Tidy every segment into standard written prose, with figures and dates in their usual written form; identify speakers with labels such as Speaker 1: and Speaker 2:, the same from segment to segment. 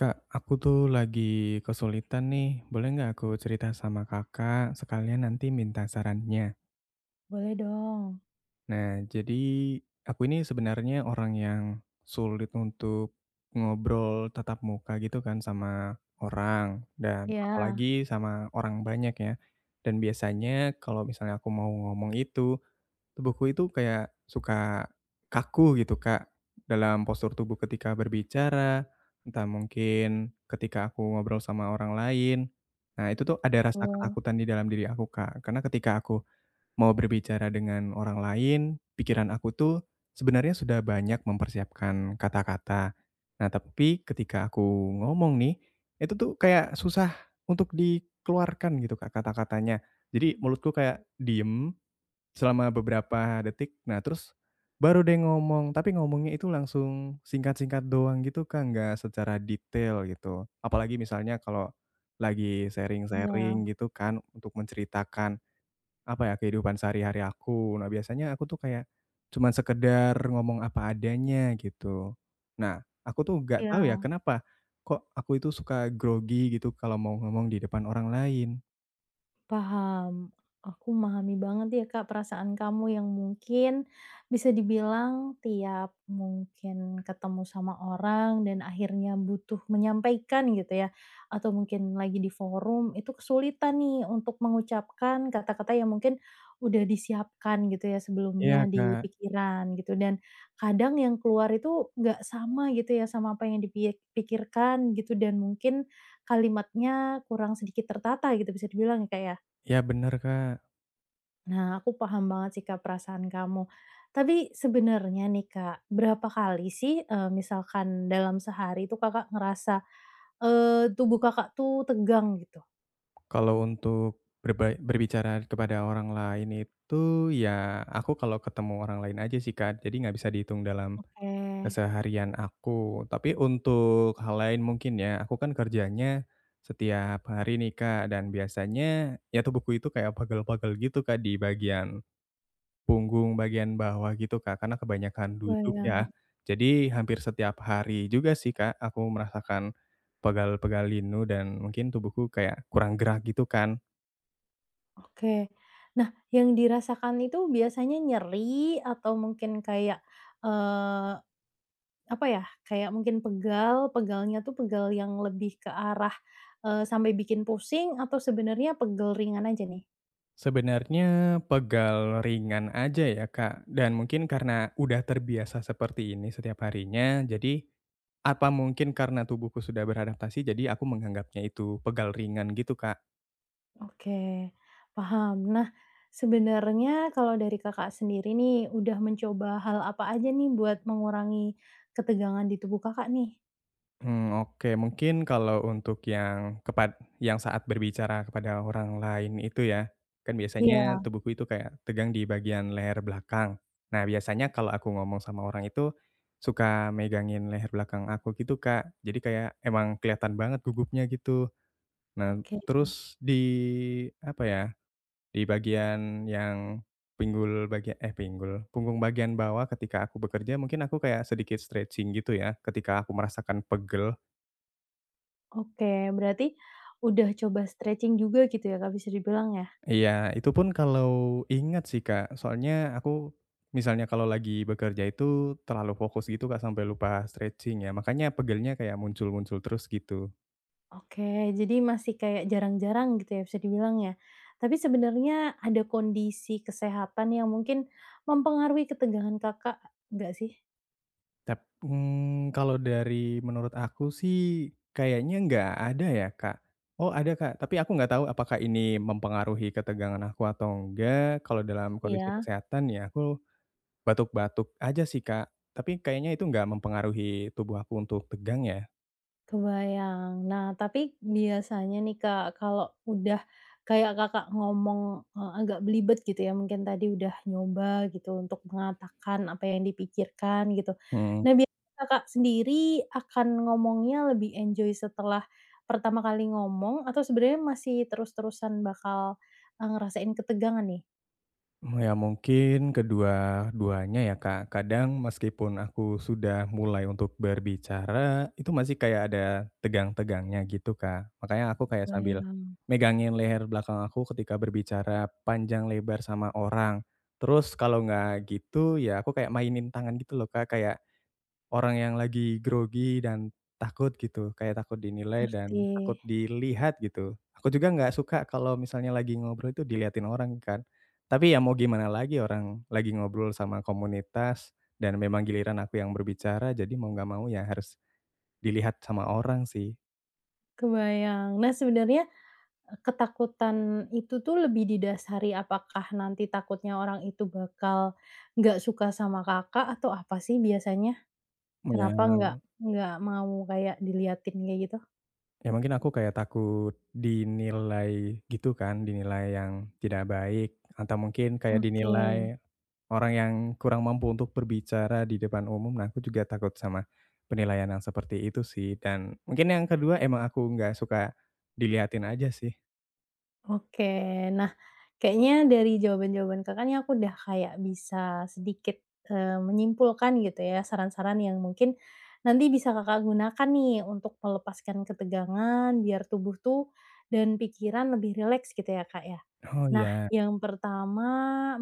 Speaker 1: Kak, aku tuh lagi kesulitan nih. Boleh nggak aku cerita sama kakak sekalian nanti minta sarannya?
Speaker 2: Boleh dong.
Speaker 1: Nah, jadi aku ini sebenarnya orang yang sulit untuk ngobrol tatap muka gitu kan sama orang dan
Speaker 2: Iya,
Speaker 1: apalagi sama orang banyak ya. Dan biasanya kalau misalnya aku mau ngomong itu tubuhku itu kayak suka kaku gitu, Kak, dalam postur tubuh ketika berbicara, entah mungkin ketika aku ngobrol sama orang lain. Nah, itu tuh ada rasa
Speaker 2: betul.
Speaker 1: ketakutan di dalam diri aku, Kak, karena ketika aku mau berbicara dengan orang lain, pikiran aku tuh sebenarnya sudah banyak mempersiapkan kata-kata. Nah, tapi ketika aku ngomong nih, itu tuh kayak susah untuk dikeluarkan gitu, Kak, kata-katanya. Jadi mulutku kayak diem selama beberapa detik, nah terus baru deh ngomong, tapi ngomongnya itu langsung singkat-singkat doang gitu, Kak, nggak secara detail gitu. Apalagi misalnya kalau lagi
Speaker 2: Iya,
Speaker 1: sharing-sharing gitu kan untuk menceritakan, apa ya, kehidupan sehari-hari aku. Nah biasanya aku tuh kayak cuman sekedar ngomong apa adanya gitu. Nah, aku tuh nggak tahu ya
Speaker 2: iya.
Speaker 1: kenapa kok aku itu suka grogi gitu kalau mau ngomong di depan orang lain.
Speaker 2: Paham. Aku memahami banget ya Kak, perasaan kamu yang mungkin bisa dibilang tiap mungkin ketemu sama orang dan akhirnya butuh menyampaikan gitu ya, atau mungkin lagi di forum itu kesulitan nih untuk mengucapkan kata-kata yang mungkin udah disiapkan gitu ya
Speaker 1: Iya,
Speaker 2: sebelumnya di
Speaker 1: Kak.
Speaker 2: pikiran gitu, dan kadang yang keluar itu nggak sama gitu ya sama apa yang dipikirkan gitu, dan mungkin kalimatnya kurang sedikit tertata gitu bisa dibilang ya Kak ya.
Speaker 1: Ya bener, Kak.
Speaker 2: Nah, aku paham banget sih, Kak, perasaan kamu. Tapi sebenarnya nih, Kak, berapa kali sih, misalkan dalam sehari itu Kakak ngerasa, tubuh Kakak tuh tegang gitu?
Speaker 1: Kalau untuk berbicara kepada orang lain itu, ya aku kalau ketemu orang lain aja sih, Kak. Jadi nggak bisa dihitung dalam
Speaker 2: Oke.
Speaker 1: keseharian aku. Tapi untuk hal lain mungkin ya, aku kan kerjanya setiap hari nih, Kak, dan biasanya ya tubuhku itu kayak pegel-pegel gitu, Kak, di bagian punggung, bagian bawah gitu, Kak, karena kebanyakan duduk ya.
Speaker 2: Bayang
Speaker 1: Jadi hampir setiap hari juga sih, Kak, aku merasakan pegal-pegal linu dan mungkin tubuhku kayak kurang gerak gitu kan.
Speaker 2: oke. Nah, yang dirasakan itu biasanya nyeri atau mungkin kayak, eee, apa ya, kayak mungkin pegal, pegalnya tuh pegal yang lebih ke arah, sampai bikin pusing, atau sebenarnya pegel ringan aja nih?
Speaker 1: Sebenarnya pegal ringan aja ya, Kak, dan mungkin karena udah terbiasa seperti ini setiap harinya, jadi apa mungkin karena tubuhku sudah beradaptasi, jadi aku menganggapnya itu pegal ringan gitu, Kak.
Speaker 2: Oke, paham. Nah, sebenarnya kalau dari Kakak sendiri nih, udah mencoba hal apa aja nih buat mengurangi ketegangan di tubuh Kakak nih?
Speaker 1: Oke. Mungkin kalau untuk yang saat berbicara kepada orang lain itu ya, kan biasanya
Speaker 2: Iya,
Speaker 1: tubuhku itu kayak tegang di bagian leher belakang. Nah, biasanya kalau aku ngomong sama orang itu, suka megangin leher belakang aku gitu, Kak. Jadi kayak emang kelihatan banget gugupnya gitu. Nah,
Speaker 2: oke
Speaker 1: terus di apa ya, di bagian yang pinggul bagian, eh, pinggul, punggung bagian bawah ketika aku bekerja mungkin aku kayak sedikit stretching gitu ya, ketika aku merasakan pegel.
Speaker 2: oke. Berarti udah coba stretching juga gitu ya Kak, bisa dibilang ya?
Speaker 1: Iya, itu pun kalau ingat sih, Kak. Soalnya aku misalnya kalau lagi bekerja itu terlalu fokus gitu, Kak, sampai lupa stretching ya. Makanya pegelnya kayak muncul-muncul terus gitu.
Speaker 2: Oke, jadi masih kayak jarang-jarang gitu ya bisa dibilang ya? Tapi sebenarnya ada kondisi kesehatan yang mungkin mempengaruhi ketegangan Kakak nggak sih?
Speaker 1: Tapi kalau dari menurut aku sih kayaknya nggak ada ya, Kak. Oh ada, Kak, tapi aku nggak tahu apakah ini mempengaruhi ketegangan aku atau enggak. Kalau dalam kondisi
Speaker 2: Iya.
Speaker 1: kesehatan ya aku batuk-batuk aja sih, Kak. Tapi kayaknya itu nggak mempengaruhi tubuh aku untuk tegang ya.
Speaker 2: Kebayang. Nah, tapi biasanya nih, Kak, kalau udah kayak Kakak ngomong, agak belibet gitu ya, mungkin tadi udah nyoba gitu untuk mengatakan apa yang dipikirkan gitu. Nah,
Speaker 1: Mhm.
Speaker 2: biasanya Kakak sendiri akan ngomongnya lebih enjoy setelah pertama kali ngomong, atau sebenarnya masih terus-terusan bakal, ngerasain ketegangan nih?
Speaker 1: Ya mungkin kedua-duanya ya, Kak. Kadang meskipun aku sudah mulai untuk berbicara, itu masih kayak ada tegang-tegangnya gitu, Kak. Makanya aku kayak sambil
Speaker 2: Kebayang.
Speaker 1: megangin leher belakang aku ketika berbicara panjang lebar sama orang. Terus kalau nggak gitu, ya aku kayak mainin tangan gitu loh, Kak, kayak orang yang lagi grogi dan takut gitu, kayak takut dinilai
Speaker 2: Ngerti,
Speaker 1: dan takut dilihat gitu. Aku juga nggak suka kalau misalnya lagi ngobrol itu diliatin orang kan. Tapi ya mau gimana lagi orang lagi ngobrol sama komunitas dan memang giliran aku yang berbicara, jadi mau nggak mau ya harus dilihat sama orang sih.
Speaker 2: kebayang. Nah, sebenarnya ketakutan itu tuh lebih didasari apakah nanti takutnya orang itu bakal nggak suka sama Kakak atau apa sih biasanya?
Speaker 1: Ya
Speaker 2: Kenapa nggak mau kayak diliatin kayak gitu?
Speaker 1: ya, mungkin aku kayak takut dinilai gitu kan, dinilai yang tidak baik atau mungkin kayak
Speaker 2: Oke.
Speaker 1: dinilai orang yang kurang mampu untuk berbicara di depan umum, nah aku juga takut sama penilaian yang seperti itu sih, dan mungkin yang kedua emang aku nggak suka diliatin aja sih.
Speaker 2: Oke. Nah, kayaknya dari jawaban-jawaban kakaknya aku udah kayak bisa sedikit, menyimpulkan gitu ya saran-saran yang mungkin nanti bisa Kakak gunakan nih untuk melepaskan ketegangan biar tubuh tuh dan pikiran lebih rileks gitu ya, Kak, ya.
Speaker 1: Oh
Speaker 2: Nah,
Speaker 1: ya?
Speaker 2: yang pertama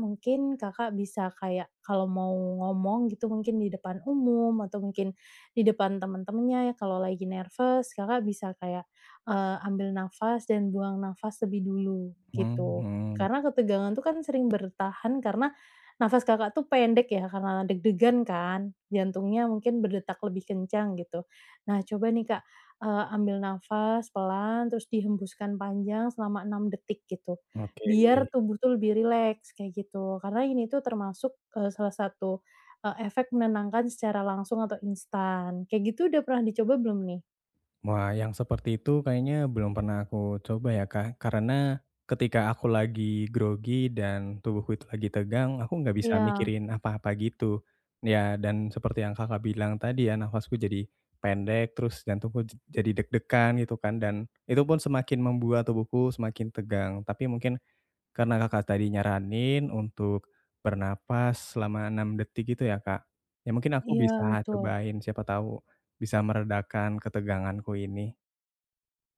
Speaker 2: mungkin Kakak bisa kayak kalau mau ngomong gitu mungkin di depan umum atau mungkin di depan teman-temannya ya, kalau lagi nervous Kakak bisa kayak ambil nafas dan buang nafas lebih dulu, gitu.
Speaker 1: Mhm,
Speaker 2: Karena ketegangan tuh kan sering bertahan karena nafas Kakak tuh pendek ya, karena deg-degan kan, jantungnya mungkin berdetak lebih kencang gitu. Nah coba nih Kak, ambil nafas pelan terus dihembuskan panjang selama 6 detik gitu,
Speaker 1: oke.
Speaker 2: biar tubuh tuh lebih rileks kayak gitu. Karena ini tuh termasuk, salah satu, efek menenangkan secara langsung atau instan. Kayak gitu udah pernah dicoba belum nih?
Speaker 1: Wah, yang seperti itu kayaknya belum pernah aku coba ya, Kak. Karena ketika aku lagi grogi dan tubuhku itu lagi tegang, aku nggak bisa
Speaker 2: Iya
Speaker 1: mikirin apa-apa gitu. Ya, dan seperti yang Kakak bilang tadi ya, nafasku jadi pendek, terus jantungku jadi deg-degan gitu kan. Dan itu pun semakin membuat tubuhku semakin tegang. Tapi mungkin karena Kakak tadi nyaranin untuk bernapas selama 6 detik gitu ya, Kak. Ya mungkin aku
Speaker 2: iya
Speaker 1: bisa
Speaker 2: betul.
Speaker 1: cobain, siapa tahu bisa meredakan keteganganku ini.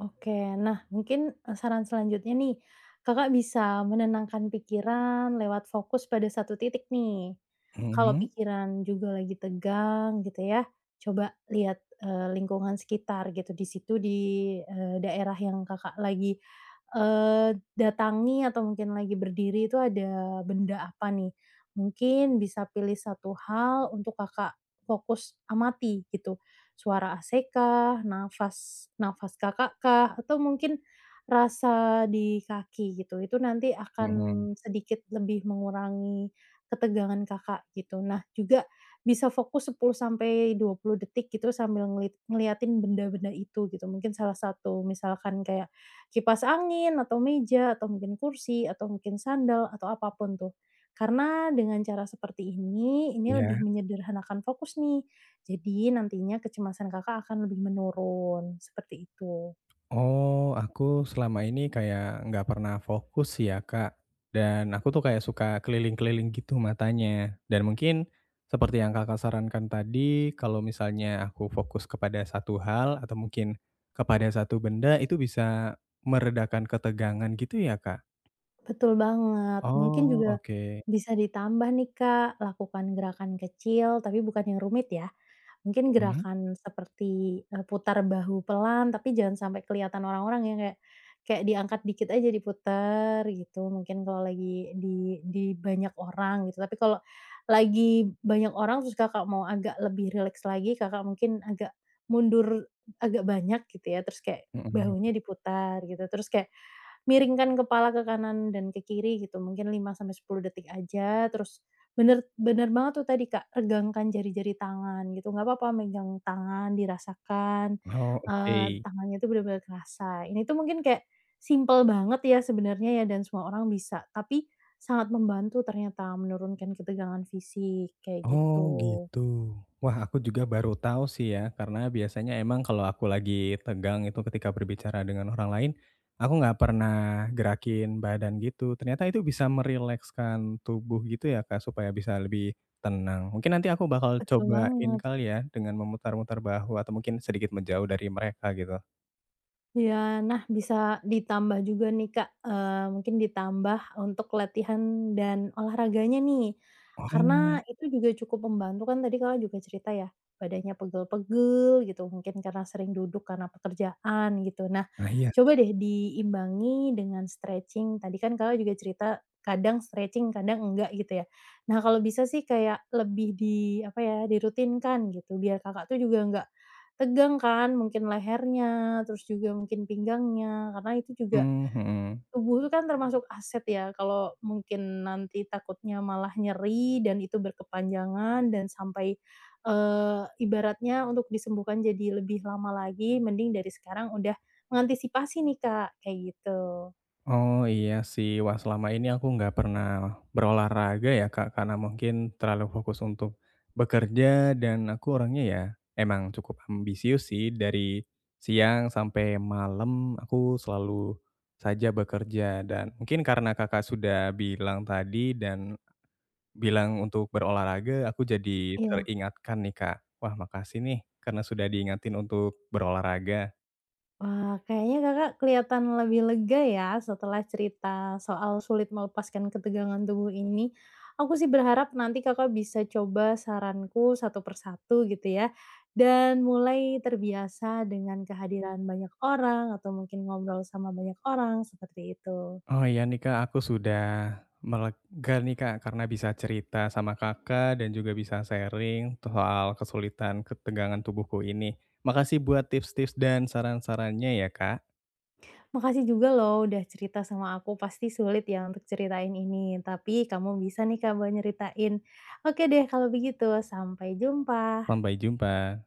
Speaker 2: Oke. Nah, mungkin, saran selanjutnya nih, Kakak bisa menenangkan pikiran lewat fokus pada satu titik nih. Kalau
Speaker 1: Mhm,
Speaker 2: pikiran juga lagi tegang gitu ya, coba lihat, lingkungan sekitar gitu, di situ di, daerah yang Kakak lagi, eee, datangi atau mungkin lagi berdiri itu ada benda apa nih. Mungkin bisa pilih satu hal untuk Kakak fokus amati gitu, suara AC kah, nafas nafas Kakak kah, atau mungkin rasa di kaki gitu. Itu nanti akan
Speaker 1: mhm.
Speaker 2: sedikit lebih mengurangi ketegangan Kakak gitu. Nah, juga bisa fokus 10 sampai 20 detik gitu sambil ngeliatin benda-benda itu gitu. Mungkin salah satu misalkan kayak kipas angin atau meja atau mungkin kursi atau mungkin sandal atau apapun tuh. Karena dengan cara seperti ini lebih
Speaker 1: Iya.
Speaker 2: menyederhanakan fokus nih, jadi nantinya kecemasan Kakak akan lebih menurun, seperti itu.
Speaker 1: Oh, aku selama ini kayak nggak pernah fokus sih ya, Kak. Dan aku tuh kayak suka keliling-keliling gitu matanya. Dan mungkin seperti yang Kakak sarankan tadi, kalau misalnya aku fokus kepada satu hal atau mungkin kepada satu benda itu bisa meredakan ketegangan gitu ya, Kak?
Speaker 2: Betul banget. Mungkin
Speaker 1: Oh,
Speaker 2: juga
Speaker 1: oke.
Speaker 2: bisa ditambah nih, Kak, lakukan gerakan kecil tapi bukan yang rumit ya. Mungkin
Speaker 1: Mhm,
Speaker 2: gerakan seperti, putar bahu pelan tapi jangan sampai kelihatan orang-orang, yang kayak kayak diangkat dikit aja diputar gitu, mungkin kalau lagi di banyak orang gitu. Tapi kalau lagi banyak orang terus Kakak mau agak lebih rileks lagi, Kakak mungkin agak mundur agak banyak gitu ya, terus kayak
Speaker 1: mhm.
Speaker 2: bahunya diputar gitu, terus kayak miringkan kepala ke kanan dan ke kiri gitu mungkin 5 sampai 10 detik aja, terus bener bener banget tuh tadi, Kak, regangkan jari-jari tangan gitu, nggak apa-apa megang tangan dirasakan,
Speaker 1: Oh, oke.
Speaker 2: tangannya itu bener-bener kerasa, ini tuh mungkin kayak simpel banget ya sebenarnya ya dan semua orang bisa, tapi sangat membantu ternyata menurunkan ketegangan fisik kayak
Speaker 1: Oh
Speaker 2: gitu.
Speaker 1: gitu. Wah aku juga baru tahu sih ya, karena biasanya emang kalau aku lagi tegang itu ketika berbicara dengan orang lain, aku nggak pernah gerakin badan gitu. Ternyata itu bisa merilekskan tubuh gitu ya Kak, supaya bisa lebih tenang. Mungkin nanti aku bakal
Speaker 2: Betul
Speaker 1: cobain
Speaker 2: banget.
Speaker 1: kali ya dengan memutar-mutar bahu atau mungkin sedikit menjauh dari mereka gitu.
Speaker 2: Ya, nah bisa ditambah juga nih Kak, mungkin ditambah untuk latihan dan olahraganya nih. Karena
Speaker 1: Oh,
Speaker 2: itu juga cukup membantu, kan tadi Kakak juga cerita ya, badannya pegel-pegel gitu, mungkin karena sering duduk karena pekerjaan gitu. Nah,
Speaker 1: nah iya
Speaker 2: coba
Speaker 1: sih.
Speaker 2: deh diimbangi dengan stretching, tadi kan Kakak juga cerita kadang stretching, kadang enggak gitu ya. Nah, kalau bisa sih kayak lebih di apa ya, dirutinkan gitu biar Kakak tuh juga enggak tegang kan, mungkin lehernya, terus juga mungkin pinggangnya, karena itu juga
Speaker 1: Mhm.
Speaker 2: tubuh itu kan termasuk aset ya, kalau mungkin nanti takutnya malah nyeri dan itu berkepanjangan dan sampai, ibaratnya untuk disembuhkan jadi lebih lama lagi, mending dari sekarang udah mengantisipasi nih Kak, kayak gitu.
Speaker 1: Oh, iya sih. Wah, selama ini aku nggak pernah berolahraga ya, Kak, karena mungkin terlalu fokus untuk bekerja dan aku orangnya ya emang cukup ambisius sih. Dari siang sampai malam aku selalu saja bekerja dan mungkin karena Kakak sudah bilang tadi dan bilang untuk berolahraga, aku jadi
Speaker 2: Iya. Iya.
Speaker 1: teringatkan nih, Kak. Wah, makasih nih karena sudah diingatin untuk berolahraga.
Speaker 2: Wah, kayaknya Kakak kelihatan lebih lega ya setelah cerita soal sulit melepaskan ketegangan tubuh ini. Aku sih berharap nanti Kakak bisa coba saranku satu persatu gitu ya, dan mulai terbiasa dengan kehadiran banyak orang atau mungkin ngobrol sama banyak orang, seperti itu.
Speaker 1: Oh iya nih Kak, aku sudah melega nih Kak, karena bisa cerita sama Kakak dan juga bisa sharing soal kesulitan ketegangan tubuhku ini. Makasih buat tips-tips dan saran-sarannya ya Kak.
Speaker 2: Makasih juga loh udah cerita sama aku, pasti sulit ya untuk ceritain ini, tapi kamu bisa nih Kak buat nyeritain. Oke deh kalau begitu, sampai jumpa.
Speaker 1: Sampai jumpa.